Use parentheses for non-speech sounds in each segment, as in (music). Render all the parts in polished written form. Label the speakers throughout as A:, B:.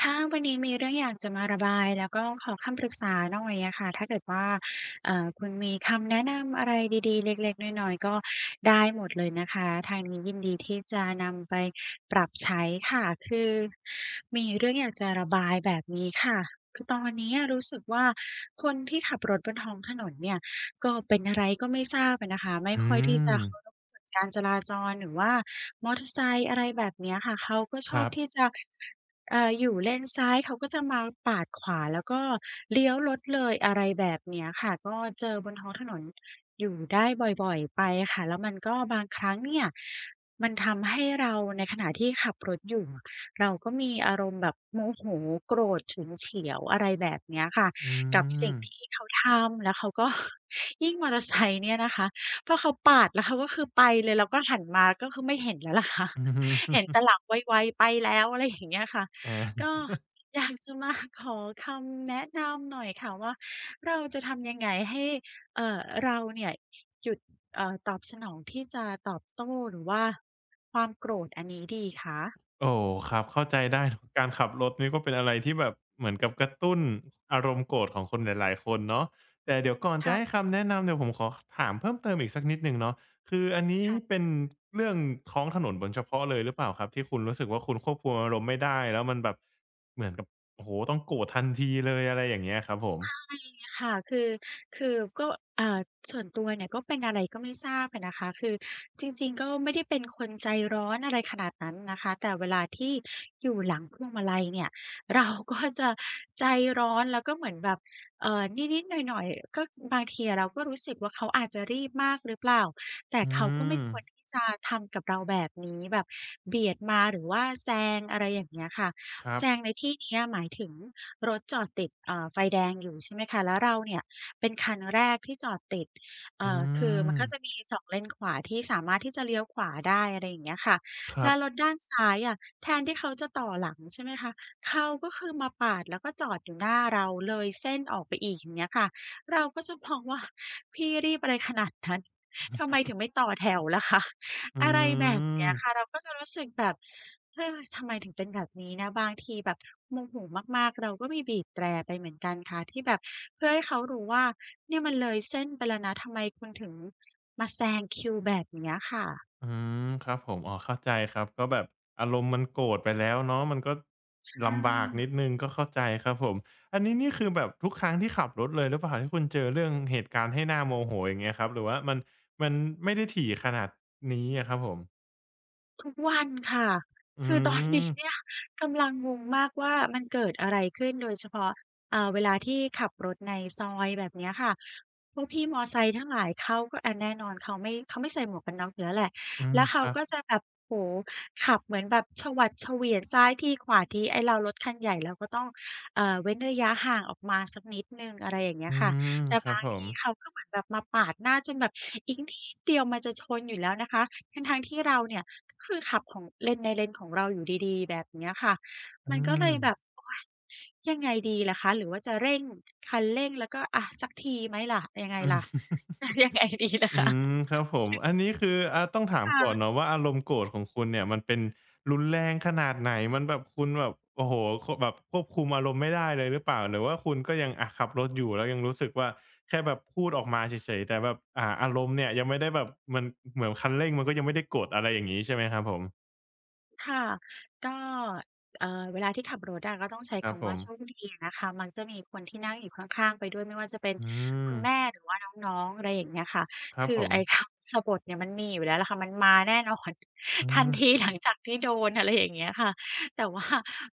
A: ค่ะวันนี้มีเรื่องอยากจะมาระบายแล้วก็ขอคำปรึกษาหน่อยอะค่ะถ้าเกิดว่าคุณมีคำแนะนำอะไรดีๆเล็กๆน้อยๆก็ได้หมดเลยนะคะทางนี้ยินดีที่จะนำไปปรับใช้ค่ะคือมีเรื่องอยากจะระบายแบบนี้ค่ะคือตอนนี้อะรู้สึกว่าคนที่ขับรถบนท้องถนนเนี่ยก็เป็นอะไรก็ไม่ทราบอะนะคะไม่
B: อื
A: ค่อยที่
B: ม
A: จะเคารพกฎการจราจรหรือว่ามอเตอร์ไซค์อะไรแบบเนี้ยค่ะเขาก็ช
B: ค
A: อ
B: รั
A: บที่
B: บ
A: จะ อยู่เลนซ้ายเขาก็จะมาปาดขวาแล้วก็เลี้ยวรถเลยอะไรแบบเนี้ยค่ะก็เจอบนท้องถนนอยู่ได้บ่อยๆไปค่ะแล้วมันก็บางครั้งเนี่ยมันทำให้เราในขณะที่ขับรถอยู่อะเราก็มีอารมณ์แบบโมโหโกรธฉุนเฉียวอะไรแบบเนี้ยค่ะ
B: อื
A: กับสิ่
B: ม
A: งที่เขาทำแล้วเขาก็ (laughs) ยิ่งมอเตอร์ไซค์เนี่ยนะคะพอเขาปาดแล้วเขาก็คือไปเลยเราก็หันมาก็คือไม่เห็นแล้วล่ะค่ะ
B: (laughs) อือ
A: (laughs)
B: ฮึ
A: เห็นแต่หลังไวๆไปแล้วอะไรอย่างเงี้ยค่ะ
B: อา
A: ก็ (laughs) อยากจะมา (laughs) ขอคำแนะนำหน่อยค่ะว่าเราจะทำยังไงให้เอ่อเราเนี่ยหยุดตอบสนองที่จะตอบโต้หรือว่าความโกรธอันนี้ดีคะ
B: โอ้ครับเข้าใจได้ (laughs) เนาะการขับรถนี่ก็เป็นอะไรที่แบบเหมือนกับกระตุ้นอารมณ์โกรธของคนหลายๆคนเนาะแต่เดี๋ยวก่อนจะให้
A: ค่ะ
B: คำแนะนำเดี๋ยวผมขอถามเพิ่มเติมอีกสักนิดหนึ่งเนาะคืออันนี้เป็
A: ค่ะ
B: นเรื่องท้องถนนบนเฉพาะเลยหรือเปล่าครับที่คุณรู้สึกว่าคุณควบคุมอารมณ์ไม่ได้แล้วมันแบบเหมือนกับโอ้โฮต้องโกรธทันทีเลยอะไรอย่างเงี้ยครับผม
A: ค่ะคือก็อ่าส่วนตัวเนี่ยก็เป็นอะไรก็ไม่ทราบอะนะคะคือจริงๆก็ไม่ได้เป็นคนใจร้อนอะไรขนาดนั้นนะคะแต่เวลาที่อยู่หลังพวงมาลัยเนี่ยเราก็จะใจร้อนแล้วก็เหมือนแบบเอ่อนิดๆหน่อยๆก็บางทีอะเราก็รู้สึกว่าเขาอาจจะรีบมากหรือเปล่าแต่
B: อื
A: เขาก็ไม่
B: ม
A: ควรที่จะทำกับเราแบบนี้แบบเบียดมาหรือว่าแซงอะไรอย่างเงี้ยค่ะ
B: ครับ
A: แซงในที่เนี้ยหมายถึง รถจอดติดเอ่าไฟแดงอยู่ใช่ไหมคะแล้วเราเนี่ยเป็นคันแรกที่จอดติด
B: อื
A: คือมัน
B: ม
A: ก็จะมีสองเลนขวาที่สามารถที่จะเลี้ยวขวาได้อะไรอย่างเงี้ยค่ะ
B: ครั
A: แล้
B: บ
A: วรถด้านซ้ายอะแทนที่เขาจะต่อหลังใช่ไหมคะเขาก็คือมาปาดแล้วก็จอดอยู่หน้าเราเลยเส้นออกไปอีกอย่างเงี้ยค่ะเราก็จะมองว่าพี่รีบอะไรขนาดนั้นทำไมถึงไม่ต่อแถวล่ะคะ
B: อื
A: อะไรแบบ
B: ม
A: เนี้ยค่ะเราก็จะรู้สึกแบบเฮ้ยทำไมถึงเป็นแบบนี้นะบางทีแบบโมโหมากๆเราก็มีบีบแตรไปเหมือนกันค่ะที่แบบเพื่อให้เขารู้ว่าเนี่ยมันเลยเส้นไปแล้วนะทำไมคุณถึงมาแซงคิวแบบเนี้ยค่ะ
B: อืมครับผมอ๋อเข้าใจครับก็แบบอารมณ์มันโกรธไปแล้วเนาะมันก็
A: ใช
B: ลำบากนิด
A: ่
B: หนึ่งก็เข้าใจครับผมอันนี้นี่คือแบบทุกครั้งที่ขับรถเลยหรือเปล่าที่คุณเจอเรื่องเหตุการณ์ให้น่าโมโหอย่างเงี้ยครับหรือว่ามันมันไม่ได้ถี่ขนาดนี้อะครับผม
A: ทุกวันค่ะ
B: อื
A: คือตอน
B: ม
A: นี้เนี่ย (laughs) กำลังงงมากว่ามันเกิดอะไรขึ้นโดยเฉพาะเวลาที่ขับรถในซอยแบบเนี้ยค่ะพวกพี่มอไซค์ทั้งหลายเขาก็อะแน่นอนเขาไม่ใส่หมวกกันน็อกอยู่แล้วแหละ
B: อืม
A: แล้ว
B: ค
A: เขา
B: รับ
A: ก็จะแบบโอ้โฮขับเหมือนแบบฉวัดเฉวียนซ้ายทีขวาทีไอ้เรารถคันใหญ่เราก็ต้องเว้นระยะห่างออกมาสักนิดหนึ่งอะไรอย่างเงี้
B: อื
A: ยค่ะ
B: ม
A: แต่
B: ครับ
A: บาง
B: ผม
A: ทีเขาก็เหมือนแบบมาปาดหน้าจนแบบอีกนิดเดียวมันจะชนอยู่แล้วนะคะทั้งๆที่เราเนี่ยก็คือขับของเลนในเลนของเราอยู่ดีๆแบบเนี้ยค่ะ
B: อื
A: มันก็เล
B: ม
A: ยแบบโอ๊ยยังไงดีล่ะคะหรือว่าจะเร่งคันเร่งแล้วก็อะสักทีไหมล่ะยังไง
B: อืม
A: ล่ะ (laughs) ยังไงดีล่ะ
B: อื
A: คะ
B: มครับผมอันนี้คืออาต้องถามก่อน
A: ค่ะ
B: เนาะว่าอารมณ์โกรธของคุณเนี่ยมันเป็นรุนแรงขนาดไหนมันแบบคุณแบบโอ้โฮแบบควบคุมอารมณ์ไม่ได้เลยหรือเปล่าหรือว่าคุณก็ยังอะขับรถอยู่แล้วยังรู้สึกว่าแค่แบบพูดออกมาเฉยๆแต่แบบอารมณ์เนี่ยยังไม่ได้แบบมันเหมือนคันเร่งมันก็ยังไม่ได้กดอะไรอย่างงี้ใช่ไหมครับผม
A: ค่ะก็เวลาที่ขับรถอะก็ต้องใช้
B: ครับผ
A: คำว่า
B: ม
A: โชคดีอะนะคะมักจะมีคนที่นั่งอยู่ข้างๆไปด้วยไม่ว่าจะเป็น
B: อื
A: คุ
B: ม
A: ณแม่หรือว่าน้องๆอะไรอย่างเงี้ยค่ะ
B: ครับ
A: คือ
B: ผม
A: ไอ้คำสะบทเนี่ยมันมีอยู่แล้วล่ะค่ะมันมาแน่นอน
B: อื
A: (laughs) ทัน
B: ม
A: ทีหลังจากที่โดนอะไรอย่างเงี้ยค่ะแต่ว่า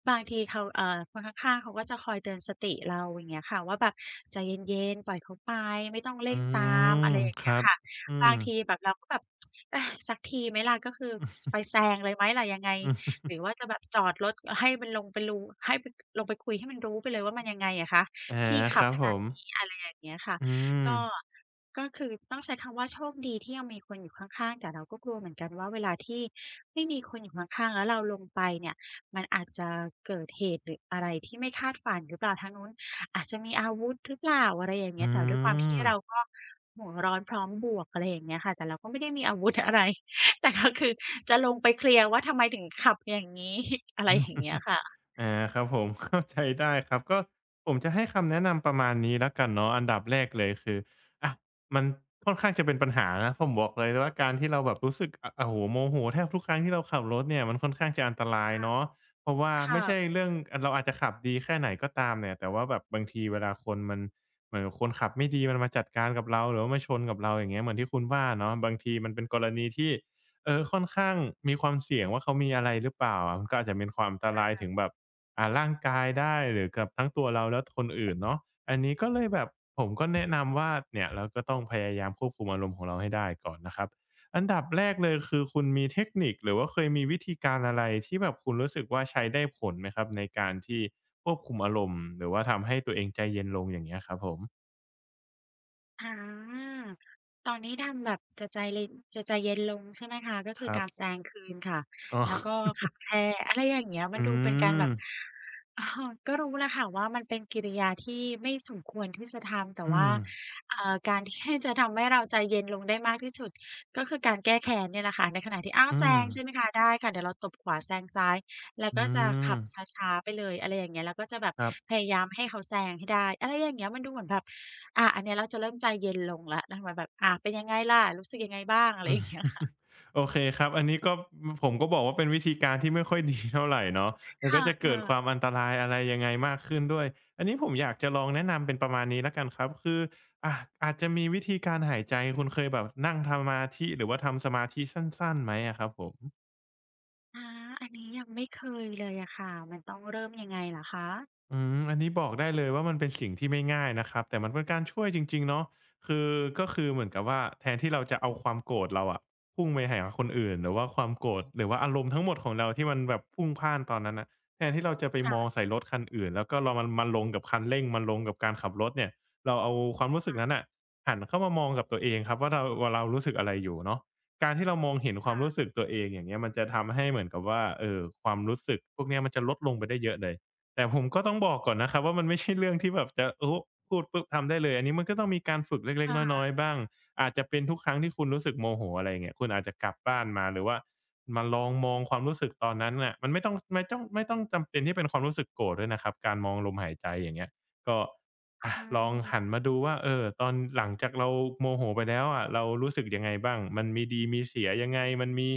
A: บางทีเขาคนข้างๆเขาก็จะคอยเตือนสติเราอย่างเงี้ยค่ะว่าแบบใจเย็นๆปล่อยเขาไปไม่ต้อง
B: อื
A: เร่งตาม
B: ม
A: อะไรอย่าง
B: ค
A: เงี้
B: รั
A: ย
B: บ
A: ค่ะ
B: อืม
A: บางทีแบบเราก็แบบเออสักทีไหมล่ะก็คือสไปแซงเลยไหมล่ะยังไง
B: อือ
A: หรือว่าจะแบบจอดรถให้มันลงไปรูให้ไปลงไปคุยให้มันรู้ไปเลยว่ามันยังไงอะคะ
B: อา
A: พี่
B: ค
A: ขับ
B: รับ
A: ข
B: ผ
A: นาด
B: ม
A: นี้อะไรอย่างเงี้ยค่ะ
B: อืม
A: ก็ก็คือต้องใช้คำว่าโชคดีที่ยังมีคนอยู่ข้างๆแต่เราก็กลัวเหมือนกันว่าเวลาที่ไม่มีคนอยู่ข้างๆแล้วเราลงไปเนี่ยมันอาจจะเกิดเหตุหรืออะไรที่ไม่คาดฝันหรือเปล่าทางนู้น อาจจะมีอาวุธหรือเปล่าอะไรอย่าง
B: อื
A: เงี้ยแต่ด้วยความที่เรา
B: ม
A: ก็หัวร้อนพร้อมบวกอะไรอย่างเงี้ยค่ะแต่เราก็ไม่ได้มีอาวุธอะไร (laughs) แต่ก็คือจะลงไปเคลียร์ว่าทำไมถึงขับอย่างงี้ (laughs) อะไรอย่างเงี้ยค่ะ
B: อาครับผม (laughs) เข้าใจได้ครับก็ผมจะให้คำแนะนำประมาณนี้แล้วกันเนาะอันดับแรกเลยคืออะมันค่อนข้างจะเป็นปัญหานะผมบอกเลยว่าการที่เราแบบรู้สึกอะโอ้โหโมโหแทบทุกครั้งที่เราขับรถเนี่ยมันค่อนข้างจะอันตรายเนาะเพราะว่าไม่
A: ค่ะ
B: ใช่เรื่องเราอาจจะขับดีแค่ไหนก็ตามเนี่ยแต่ว่าแบบบางทีเวลาคนมันเหมือนคนขับไม่ดีมันมาจัดการกับเราหรือว่ามาชนกับเราอย่างเงี้ยเหมือนที่คุณว่าเนาะบางทีมันเป็นกรณีที่เออค่อนข้างมีความเสี่ยงว่าเขามีอะไรหรือเปล่าอะมันก็อาจจะเป็นความอันตรายถึงแบบ ร่างกายได้หรือกับทั้งตัวเราและคนอื่นเนาะอันนี้ก็เลยแบบผมก็แนะนำว่าเนี่ยเราก็ต้องพยายามควบคุมอารมณ์ของเราให้ได้ก่อนนะครับอันดับแรกเลยคือคุณมีเทคนิคหรือว่าเคยมีวิธีการอะไรที่แบบคุณรู้สึกว่าใช้ได้ผลไหมครับในการที่ควบคุมอารมณ์หรือว่าทำให้ตัวเองใจเย็นลงอย่างเงี้ยครับผม
A: อาตอนนี้ทำแบบจะใจเย็นลงใช่ไหมคะก็
B: ค
A: คือ
B: รับ
A: การแซงคืนค่ะ
B: อ๋
A: แล้วก็
B: อ
A: ขับแช่อะไรอย่างเงี้ยมัน
B: อื
A: ดูเป็นการ
B: ม
A: แบบเออก็รู้แหละค่ะว่ามันเป็นกิริยาที่ไม่สมควรที่จะทำแต่
B: อื
A: ว่า
B: ม
A: การที่จะทำให้เราใจเย็นลงได้มากที่สุดก็คือการแก้แค้นเนี่ยแหละค่ะในขณะที่อ้าว
B: อื
A: แซ
B: ม
A: งใช่ไหมคะได้ค่ะเดี๋ยวเราตบขวาแซงซ้ายแล้ว
B: อื
A: ก็จะขั
B: ม
A: บช้าๆไปเลยอะไรอย่างเงี้ยแล้วก็จะแบบ
B: ครับ
A: พยายามให้เขาแซงให้ได้อะไรอย่างเงี้ยมันดูเหมือนแบบ อันเนี้ยเราจะเริ่มใจเย็นลงแล้วนะคะเหมแบบเป็นยังไงล่ะรู้สึกยังไงบ้างอะ
B: (laughs)
A: ไร
B: อื
A: อ
B: ม
A: ย่างเงี้ยค
B: (laughs) โอเคครับ อันนี้ก็ผมก็บอกว่าเป็นวิธีการที่ไม่ค่อยดีเท่าไหร่เนาะมัน
A: ่
B: ก็จะเกิ
A: ะ
B: ดความอันตรายอะไรยังไงมากขึ้นด้วย อันนี้ผมอยากจะลองแนะนำเป็นประมาณนี้แล้วกันครับ คืออาอาจจะมีวิธีการหายใจคุณเคยแบบนั่งทำสมาธิหรือว่าทำสมาธิสั้นๆไหมอะครับผม
A: ๆอันนี้ยังไม่เคยเลยอะค่ะ มันต้องเริ่มยังไงเหรอคะ
B: อันนี้บอกได้เลยว่ามันเป็นสิ่งที่ไม่ง่ายนะครับแต่มันเป็นการช่วยจริงๆเนาะคือก็คือเหมือนกับว่าแทนที่เราจะเอาความโกรธเราอะพุ่งไปหาคนอื่นหรือว่าความโกรธหรือว่าอารมณ์ทั้งหมดของเราที่มันแบบพลุ่งพล่านตอนนั้นน่ะแทนที่เราจะไปมองใส่รถคันอื่นแล้วก็เรามันลงกับคันเร่งมันลงกับการขับรถเนี่ยเราเอาความรู้สึกนั้นน่ะหันเข้ามามองกับตัวเองครับว่าเราว่าเรารู้สึกอะไรอยู่เนาะการที่เรามองเห็นความรู้สึกตัวเองอย่างเงี้ยมันจะทำให้เหมือนกับว่าความรู้สึกพวกเนี้ยมันจะลดลงไปได้เยอะเลย แต่ผมก็ต้องบอกก่อนนะครับว่ามันไม่ใช่เรื่องที่แบบจะโอ้พูดปุ๊บทำได้เลยอันนี้มันก็ต้องมีการฝึกเล็กๆน้
A: ค่ะ
B: อยๆบ้างอาจจะเป็นทุกครั้งที่คุณรู้สึกโมโหอะไรอย่างเงี้ยคุณอาจจะกลับบ้านมาหรือว่ามาลองมองความรู้สึกตอนนั้นน่ะมันไม่ต้องไม่จ้องไม่ต้องจำเป็นที่เป็นความรู้สึกโกรธด้วยนะครับการมองลมหายใจอย่างเงี้ยก็อะ
A: อื
B: ลองหัน
A: ม
B: มาดูว่าเออตอนหลังจากเราโมโหไปแล้วอะเรารู้สึกยังไงบ้างมันมีดีมีเสียยังไงมันมี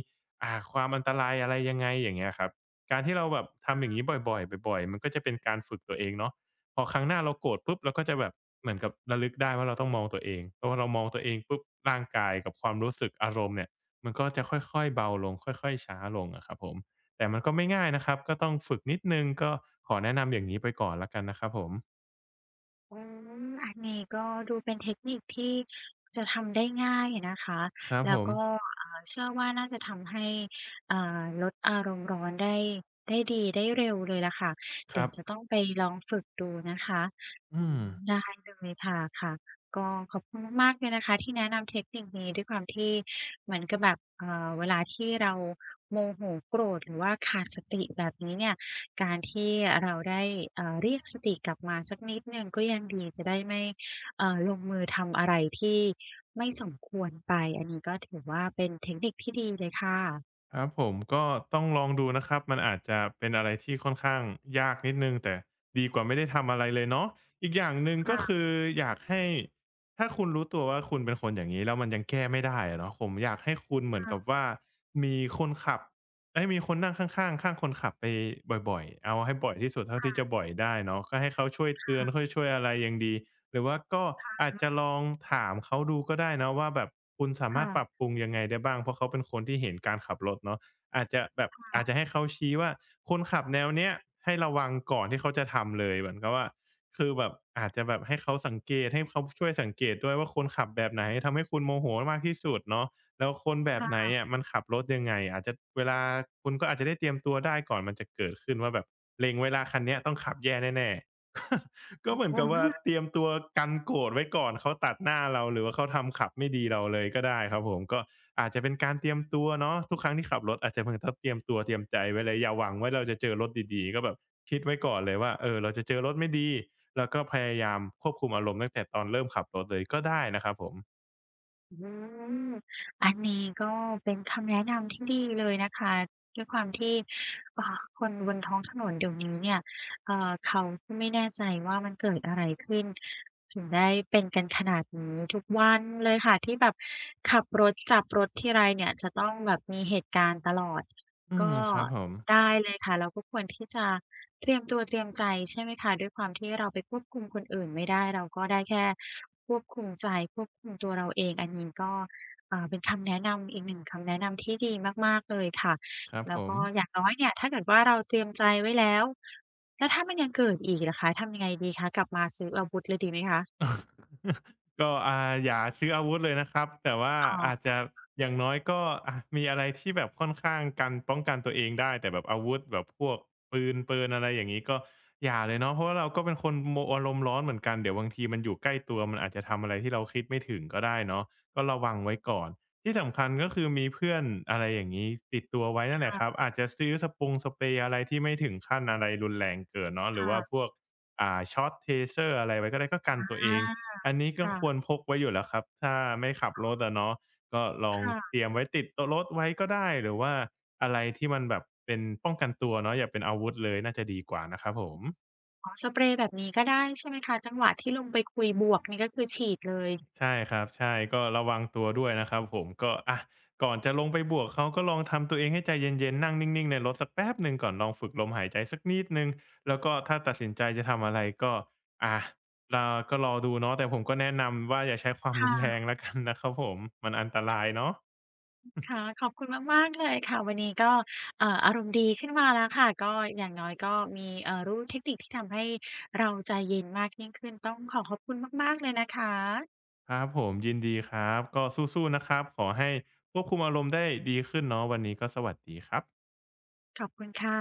B: ความอันตรายอะไรยังไงอย่างเงี้ยครับ การที่เราแบบทำอย่างนี้บ่อยๆบ่อยๆมันก็จะเป็นการฝึกตัวเองเนาะพอครั้งหน้าเราโกรธปุ๊บเราก็จะแบบเหมือนกับระลึกได้ว่าเราต้องมองตัวเองเพราะว่าเรามองตัวเองปุ๊บร่างกายกับความรู้สึกอารมณ์เนี่ยมันก็จะค่อยๆเบาลงค่อยๆช้าลงอะครับผม แต่มันก็ไม่ง่ายนะครับก็ต้องฝึกนิดหนึ่งก็ขอแนะนำอย่างนี้ไปก่อนแล้วกันนะครับผม
A: ออันนี้ก็ดูเป็นเทคนิคที่จะทำได้ง่ายอะนะคะ
B: ครับผ
A: แล้ว
B: ม
A: ก็เชื่อว่าน่าจะทำให้อ่าลดอารมณ์ร้อนได้ได้ดีได้เร็วเลยล่ะค่ะ
B: ค
A: เดี๋
B: รั
A: ยว
B: บ
A: จะต้องไปลองฝึกดูนะคะ
B: อื
A: อื
B: ม
A: มได้เลยค่ะค่ะ ก็ขอบคุณมากๆเลยนะคะที่แนะนำเทคนิคนี้ด้วยความที่เหมือนกับแบบเวลาที่เราโมโหโกรธหรือว่าขาดสติแบบนี้เนี่ย การที่เราได้เรียกสติกลับมาสักนิดหนึ่งก็ยังดีจะได้ไม่ลงมือทำอะไรที่ไม่สมควรไปอันนี้ก็ถือว่าเป็นเทคนิคที่ดีเลยค่ะ
B: ครับผมก็ต้องลองดูนะครับมันอาจจะเป็นอะไรที่ค่อนข้างยากนิดหนึ่งแต่ดีกว่าไม่ได้ทำอะไรเลยเนาะอีกอย่างหนึ่งก็
A: ค่ะ
B: คืออยากให้ถ้าคุณรู้ตัวว่าคุณเป็นคนอย่างนี้แล้วมันยังแก้ไม่ได้อะเนาะผมอยากให้คุณเหมือนกับว่ามีคนขับไอ้ยมีคนนั่งข้างๆข้างคนขับไปบ่อยๆเอาให้บ่อยที่สุดเท่าที่จะบ่อยได้เนาะก็ให้เขาช่วยเตือนค่อยช่วยอะไรยังดี หรือว่าก็อาจจะลองถามเขาดูก็ได้เนาะว่าแบบคุณสามาร
A: ค่ะ
B: ถปรับปรุงยังไงได้บ้างเพราะเขาเป็นคนที่เห็นการขับรถเนาะอาจจะแบบอาจจะให้เขาชี้ว่าคนขับแนวเนี้ยให้ระวังก่อนที่เขาจะทำเลยเหมือนกับว่าคือแบบอาจจะแบบให้เขาสังเกตให้เขาช่วยสังเกตด้วยว่าคนขับแบบไหนทำให้คุณโมโหมากที่สุดเนาะแล้วคนแบ
A: ค
B: บไหน
A: ่
B: อะมันขับรถยังไงอาจจะเวลาคุณก็อาจจะได้เตรียมตัวได้ก่อนมันจะเกิดขึ้นว่าแบบเล็งไว้แล้วคันเนี้ยต้องขับแย่แน่ๆ (laughs) ก็เหมือนกับ
A: ะ
B: ว่าเตรียมตัวกันโกรธไว้ก่อนเขาตัดหน้าเราหรือว่าเขาทำขับไม่ดีเราเลยก็ได้ครับผมก็อาจจะเป็นการเตรียมตัวเนาะทุกครั้งที่ขับรถอาจจะเพิ่งต้องเตรียมตัวเตรียมใจไว้เลยอย่าหวังว่าเราจะเจอรถดีๆก็แบบคิดไว้ก่อนเลยว่าเออเราจะเจอรถไม่ดีแล้วก็พยายามควบคุมอารมณ์ตั้งแต่ตอนเริ่มขับรถเลยก็ได้นะครับผม
A: อืมอันนี้ก็เป็นคำแนะนำที่ดีเลยนะคะด้วยความที่คนบนท้องถนนเดี๋ยวนี้เนี่ยเขาก็ไม่แน่ใจว่ามันเกิดอะไรขึ้นถึงได้เป็นกันขนาดนี้ทุกวันเลยค่ะที่แบบขับรถจับรถทีไรเนี่ยจะต้องแบบมีเหตุการณ์ตลอด
B: อืม
A: ก็
B: ครับผม
A: ได้เลยค่ะเราก็ควรที่จะเตรียมตัวเตรียมใจใช่ไหมคะด้วยความที่เราไปควบคุมคนอื่นไม่ได้เราก็ได้แค่ควบคุมใจควบคุมตัวเราเองอันนี้ก็เป็นคำแนะนำอีกหนึ่งคำแนะนำที่ดีมากๆเลยค่ะ
B: ครับผ
A: แล้ว
B: ม
A: ก็อย่างน้อยเนี่ยถ้าเกิดว่าเราเตรียมใจไว้แล้วแล้วถ้ามันยังเกิดอีกล่ะคะทำยังไงดีคะกลับมาซื้ออาวุธเลยดีไหมคะ
B: (laughs) ก็อย่าซื้ออาวุธเลยนะครับแต่ว่า
A: อ๋
B: อาจ
A: อ
B: จะอย่างน้อยก็อะมีอะไรที่แบบค่อนข้างกันป้องกันตัวเองได้แต่แบบอาวุธแบบพวกปืนเปินอะไรอย่างงี้ก็อย่าเลยเนาะเพราะว่าเราก็เป็นคนโมอารมณ์ร้อนเหมือนกันเดี๋ยวบางทีมันอยู่ใกล้ตัวมันอาจจะทำอะไรที่เราคิดไม่ถึงก็ได้เนาะก็ระวังไว้ก่อนที่สำคัญก็คือมีเพื่อนอะไรอย่างงี้ติดตัวไว้
A: ค
B: นั่นแหละครับ
A: ่
B: อาจจะซื้อสเปรย์อะไรที่ไม่ถึงขั้นอะไรรุนแรงเกินเนาะหรือว่าพ
A: ะ
B: วก ช็อตเทเซอร์อะไรไว้ก็ได้ก็
A: ๆ
B: กันตัวเองอันนี้ก็
A: ค่ะ
B: ควรพกไว้อยู่แล้วครับถ้าไม่ขับรถอะเนาะก็ลองเต
A: ค่ะ
B: รียมไว้ติดโตัวรถไว้ก็ได้หรือว่าอะไรที่มันแบบเป็นป้องกันตัวเนาะอย่าเป็นอาวุธเลยน่าจะดีกว่านะครับผม
A: อ๋อสเปรย์แบบนี้ก็ได้ใช่ไหมคะจังหวะที่ลงไปคุยบวกนี่ก็คือฉีดเลย
B: ใช่ครับใช่ก็ระวังตัวด้วยนะครับผมก็อะก่อนจะลงไปบวกเขาก็ลองทำตัวเองให้ใจเย็นๆนั่งนิ่งๆในรถสักแป๊บหนึ่งก่อนลองฝึกลมหายใจสักนิดหนึ่งแล้วก็ถ้าตัดสินใจจะทำอะไรก็อะรอก็รอดูเนาะแต่ผมก็แนะนำว่าอย่าใช้ความรุนแร
A: ค่ะ
B: งแล้วกันนะครับผมมันอันตรายเนาะ
A: ค่ะขอบคุณมากๆเลยค่ะวันนี้ก็อารมณ์ดีขึ้นมาแล้วค่ะก็อย่างน้อยก็มีรู้เทคนิคที่ทำให้เราใจเย็นมากยิ่งขึ้นต้องขอขอบคุณมากๆเลยนะคะ
B: ครับผมยินดีครับก็สู้ๆนะครับขอให้ควบคุมอารมณ์ได้ดีขึ้นเนาะวันนี้ก็สวัสดีครับ
A: ขอบคุณค่ะ